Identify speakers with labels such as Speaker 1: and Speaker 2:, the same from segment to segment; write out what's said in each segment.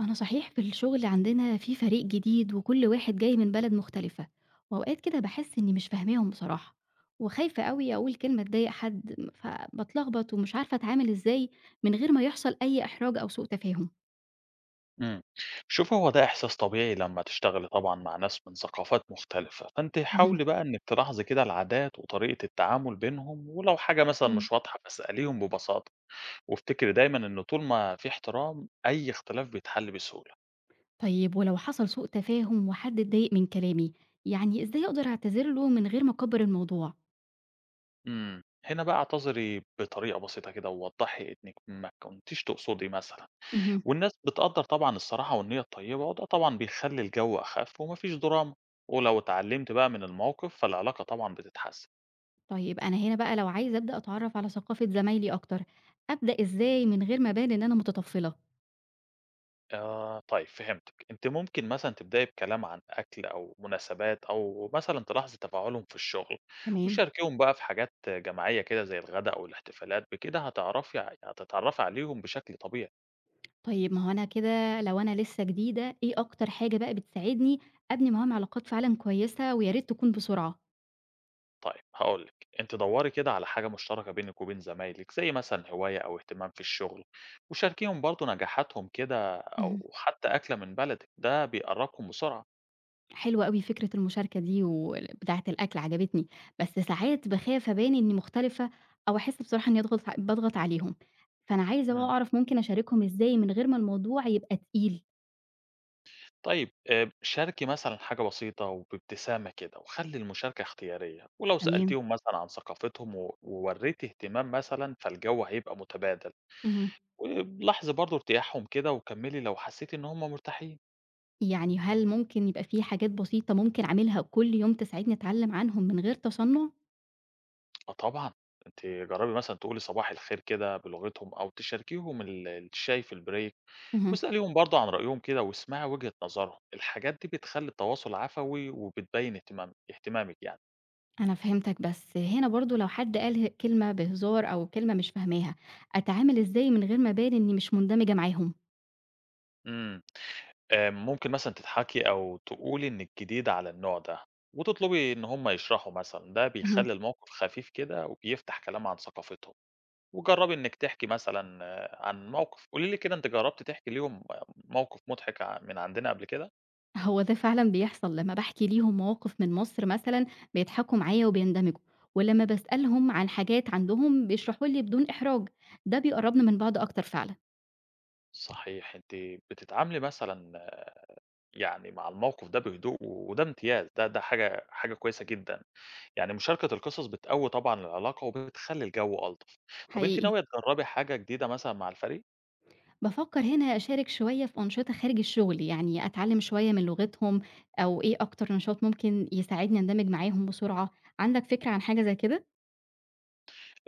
Speaker 1: أنا صحيح في الشغل عندنا في فريق جديد، وكل واحد جاي من بلد مختلفة. وأوقات كده بحس إني مش فاهماهم بصراحة، وخايفة قوي أقول كلمة تضايق حد فبتلخبط، ومش عارفة أتعامل إزاي من غير ما يحصل أي إحراج أو سوء تفاهم.
Speaker 2: إمم. شوفي هو ده إحساس طبيعي لمّا تشتغلي طبعًا مع ناس من ثقافات مختلفة، فأنتِ
Speaker 1: مهم.
Speaker 2: حاولي بقى إنِّك تلاحظي كده العادات وطريقة التعامل بينهم، ولو حاجة مثلًا
Speaker 1: مم.
Speaker 2: مش واضحة فاسأليهم ببساطة، وافتكري دايمًا إن طول ما في احترام أي اختلاف بيتحل بسهولة.
Speaker 1: طيب، ولو حصل سوء تفاهم وحد اتضايق من كلامي، يعني إزاي أقدر أعتذر له من غير ما أكبر الموضوع؟
Speaker 2: إمم. هنا بقى اعتذري بطريقة بسيطة كده ووضّحي إنِّك ما كنتيش تقصدي مثلًا،
Speaker 1: مهم.
Speaker 2: والناس بتقدّر طبعًا الصراحة والنية الطيبة، وده طبعًا بيخلّي الجو أخَف وما فيش دراما، ولو اتعلمتِ بقى من الموقف فالعلاقة طبعًا بتتحسن.
Speaker 1: طيب، أنا هنا بقى لو عايزة أبدأ أتعرف على ثقافة زمايلي أكتر، أبدأ إزاي من غير ما أبان إن أنا متطفلة؟
Speaker 2: آه، طيب فهمتِك، أنتِ ممكن مثلًا تبدئي بكلام عن أكل أو مناسبات أو مثلًا تلاحظي تفاعلهم في الشغل،
Speaker 1: تمام.
Speaker 2: وشاركيهم بقى في حاجات جماعية كده زي الغدا أو الاحتفالات، بكده هتعرفي ع هتتعرفي عليهم بشكل طبيعي.
Speaker 1: طيب، ما هو أنا كده لو أنا لسه جديدة، إيه أكتر حاجة بقى بتساعدني أبني معاهم علاقات فعلًا كويسة، ويا ريت تكون بسرعة؟
Speaker 2: طيب هاقول لِك، أنتِ دوري كده على حاجة مشتركة بينِك وبين زمايلِك، زي مثلًا هواية أو اهتمام في الشغل، وشاركيهم برضه نجاحاتهم كده
Speaker 1: اهم.
Speaker 2: أو حتى أكلة من بلدِك، ده بيقربكم بسرعة.
Speaker 1: حلوة أوي فكرة المشاركة دي، بتاعة الأكل عجبتني، بس ساعات باخاف أبان إني مختلفة، أو أحس بصراحة إني أضغط ع باضغط عليهم، فأنا عايزة بقى
Speaker 2: إمم.
Speaker 1: أعرف ممكن أشاركهم إزاي من غير ما الموضوع يبقى تقيل؟
Speaker 2: طيب شاركي مثلًا حاجة بسيطة وبابتسامة كده، وخلّي المشاركة اختيارية، ولو
Speaker 1: تمام.
Speaker 2: سألتيهم مثلًا عن ثقافتهم وورّيتِ اهتمام مثلًا، فالجو هيبقى متبادل،
Speaker 1: اهم.
Speaker 2: ولاحظي برضه ارتياحهم كده وكمّلي لو حسيتِ إن هُم مرتاحين.
Speaker 1: يعني هل ممكن يبقى في حاجات بسيطة ممكن أعملها كل يوم تساعدني أتعلم عنهم من غير تصنُّع؟
Speaker 2: آه طبعًا، أنتِ جرّبي مثلًا تقولي صباح الخير كده بلغتهم أو تشاركيهم الشاي في الbreak
Speaker 1: اهم.
Speaker 2: واسأليهم برضه عن رأيهم كده واسمعي وجهة نظرهم، الحاجات دي بتخلّي التواصل عفوي وبتبيّن اهتمامِك يعني.
Speaker 1: أنا فهمتك، بس هنا برضه لو حد قال ه كلمة بهزار أو كلمة مش فاهماها، أتعامل إزاي من غير ما أبان إني مش مندمجة معاهم؟
Speaker 2: إمم. ممكن مثلًا تضحكي أو تقولي إنِّك جديدة على النوع ده، وتطلبي إن هُم يشرحوا مثلًا، ده
Speaker 1: اهم.
Speaker 2: بيخلّي الموقف خفيف كده وبيفتح كلام عن ثقافتهم، وجرّبي إنِّك تحكي مثلًا عن موقف، قولي لي كده أنتِ جرّبتِ تحكي ليهم موقف مضحك من عندنا قبل كده؟
Speaker 1: هو ده فعلًا بيحصل لمّا باحكي ليهم مواقف من مصر مثلًا بيضحكوا معايا وبيندمجوا، ولمّا باسألهم عن حاجات عندهم بيشرحوا لي بدون إحراج، ده بيقرّبنا من بعض أكتر فعلًا.
Speaker 2: صحيح، أنتِ بتتعاملي مثلًا يعني مع الموقف ده بهدوء وده امتياز، ده حاجة كويسة جدًا، يعني مشاركة القصص بتقوّي طبعًا العلاقة وبتخلّي الجو ألطف. طَب أنتِ
Speaker 1: حقيقي.
Speaker 2: ناوية تجرّبي حاجة جديدة مثلًا مع الفريق؟
Speaker 1: بافكر هنا أشارك شوية في أنشطة خارج الشغل، يعني أتعلم شوية من لغتهم، أو إيه أكتر نشاط ممكن يساعدني أندمج معاهم بسرعة، عندك فكرة عن حاجة زي كده؟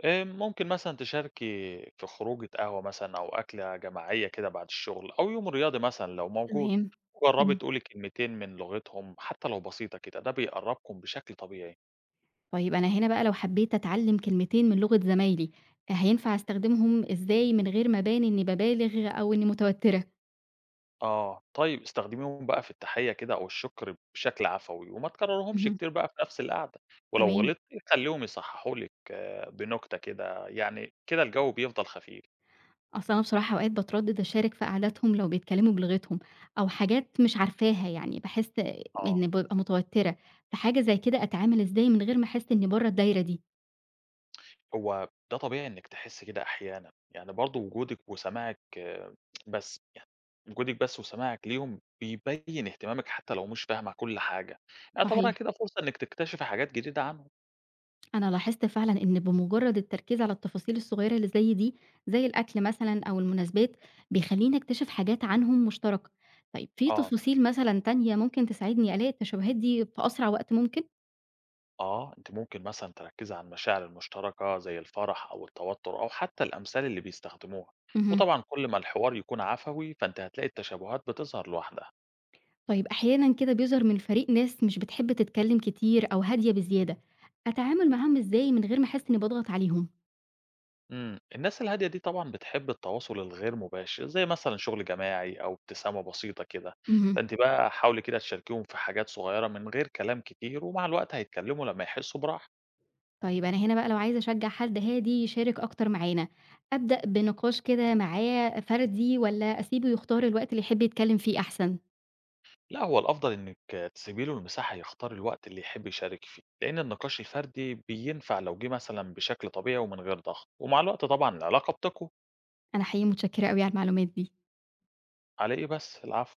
Speaker 2: ممكن مثلًا تشاركي في خروجة قهوة مثلًا أو أكلة جماعية كده بعد الشغل أو يوم رياضي مثلًا لو موجود،
Speaker 1: تمام.
Speaker 2: جرّبي
Speaker 1: إمم.
Speaker 2: تقولي كلمتين من لغتهم حتى لو بسيطة كده، ده بيقرّبكم بشكل طبيعي.
Speaker 1: طيب، أنا هنا بقى لو حبيت أتعلّم كلمتين من لغة زمايلي، هينفع أستخدمهم إزاي من غير ما أبان إني بابالغ أو إني متوتّرة؟
Speaker 2: آه، طيب استخدميهم بقى في التحية كده أو الشكر بشكل عفوي وما تكررهمش
Speaker 1: اهم.
Speaker 2: كتير بقى في نفس القعدة، ولو
Speaker 1: تمام.
Speaker 2: غلطتِ خلّيهم يصححوا لِك بنكتة كده، يعني كده الجو بيفضل خفيف.
Speaker 1: أصل أنا بصراحة أوقات باتردّد أشارك في قعداتهم لو بيتكلّموا بلغتهم أو حاجات مش عارفاها يعني، باحس
Speaker 2: آه،
Speaker 1: إني بابقى متوتّرة، فحاجة زي كده أتعامل إزاي من غير ما أحس إني برّه الدايرة دي؟
Speaker 2: هو ده طبيعي إنِّك تحسّي كده أحيانًا، يعني برضه وجودِك وسماعِك آه، بس وجودِك بس وسماعِك ليهم بيبيّن اهتمامِك حتى لو مش فاهمة كل حاجة، اعتبرها
Speaker 1: صحيح.
Speaker 2: كده فرصة إنِّك تكتشفي حاجات جديدة عنهم.
Speaker 1: أنا لاحظت فعلًا إن بمجرد التركيز على التفاصيل الصغيرة اللي زي دي، زي الأكل مثلًا أو المناسبات، بيخلّيني أكتشف حاجات عنهم مشتركة. طيب، في
Speaker 2: آه،
Speaker 1: تفاصيل مثلًا تانية ممكن تساعدني ألاقي التشابهات دي في أسرع وقت ممكن؟
Speaker 2: آه، أنتِ ممكن مثلًا تركّزي على المشاعر المشتركة زي الفرح أو التوتر أو حتى الأمثال اللي بيستخدموها،
Speaker 1: اهم.
Speaker 2: وطبعًا كل ما الحوار يكون عفوي فأنتِ هتلاقي التشابهات بتظهر لوحدها.
Speaker 1: طيب، أحيانًا كده بيظهر من الفريق ناس مش بتحب تتكلم كتير أو هادية بزيادة، أتعامل معاهم إزاي من غير ما أحس إني باضغط عليهم؟
Speaker 2: إمم، الناس الهادية دي طبعًا بتحب التواصل الغير مباشر، زي مثلًا شغل جماعي أو ابتسامة بسيطة كده،
Speaker 1: اهم.
Speaker 2: فأنتِ بقى حاولي كده تشاركيهم في حاجات صغيرة من غير كلام كتير، ومع الوقت هيتكلموا لمّا يحسّوا براحة.
Speaker 1: طيب، أنا هنا بقى لو عايزة أشجّع حد هادي يشارك أكتر معانا، أبدأ بنقاش كده معاه فردي والّا أسيبه يختار الوقت اللي يحب يتكلّم فيه أحسن؟
Speaker 2: لأ، هو الأفضل إنِّك تسيبي له المساحة يختار الوقت اللي يحب يشارك فيه، لأن النقاش الفردي بينفع لو جه مثلًا بشكل طبيعي ومن غير ضغط، ومع الوقت طبعًا العلاقة بتقوى،
Speaker 1: أنا حقيقي متشكرة أوي على المعلومات دي.
Speaker 2: على إيه بس، العفو.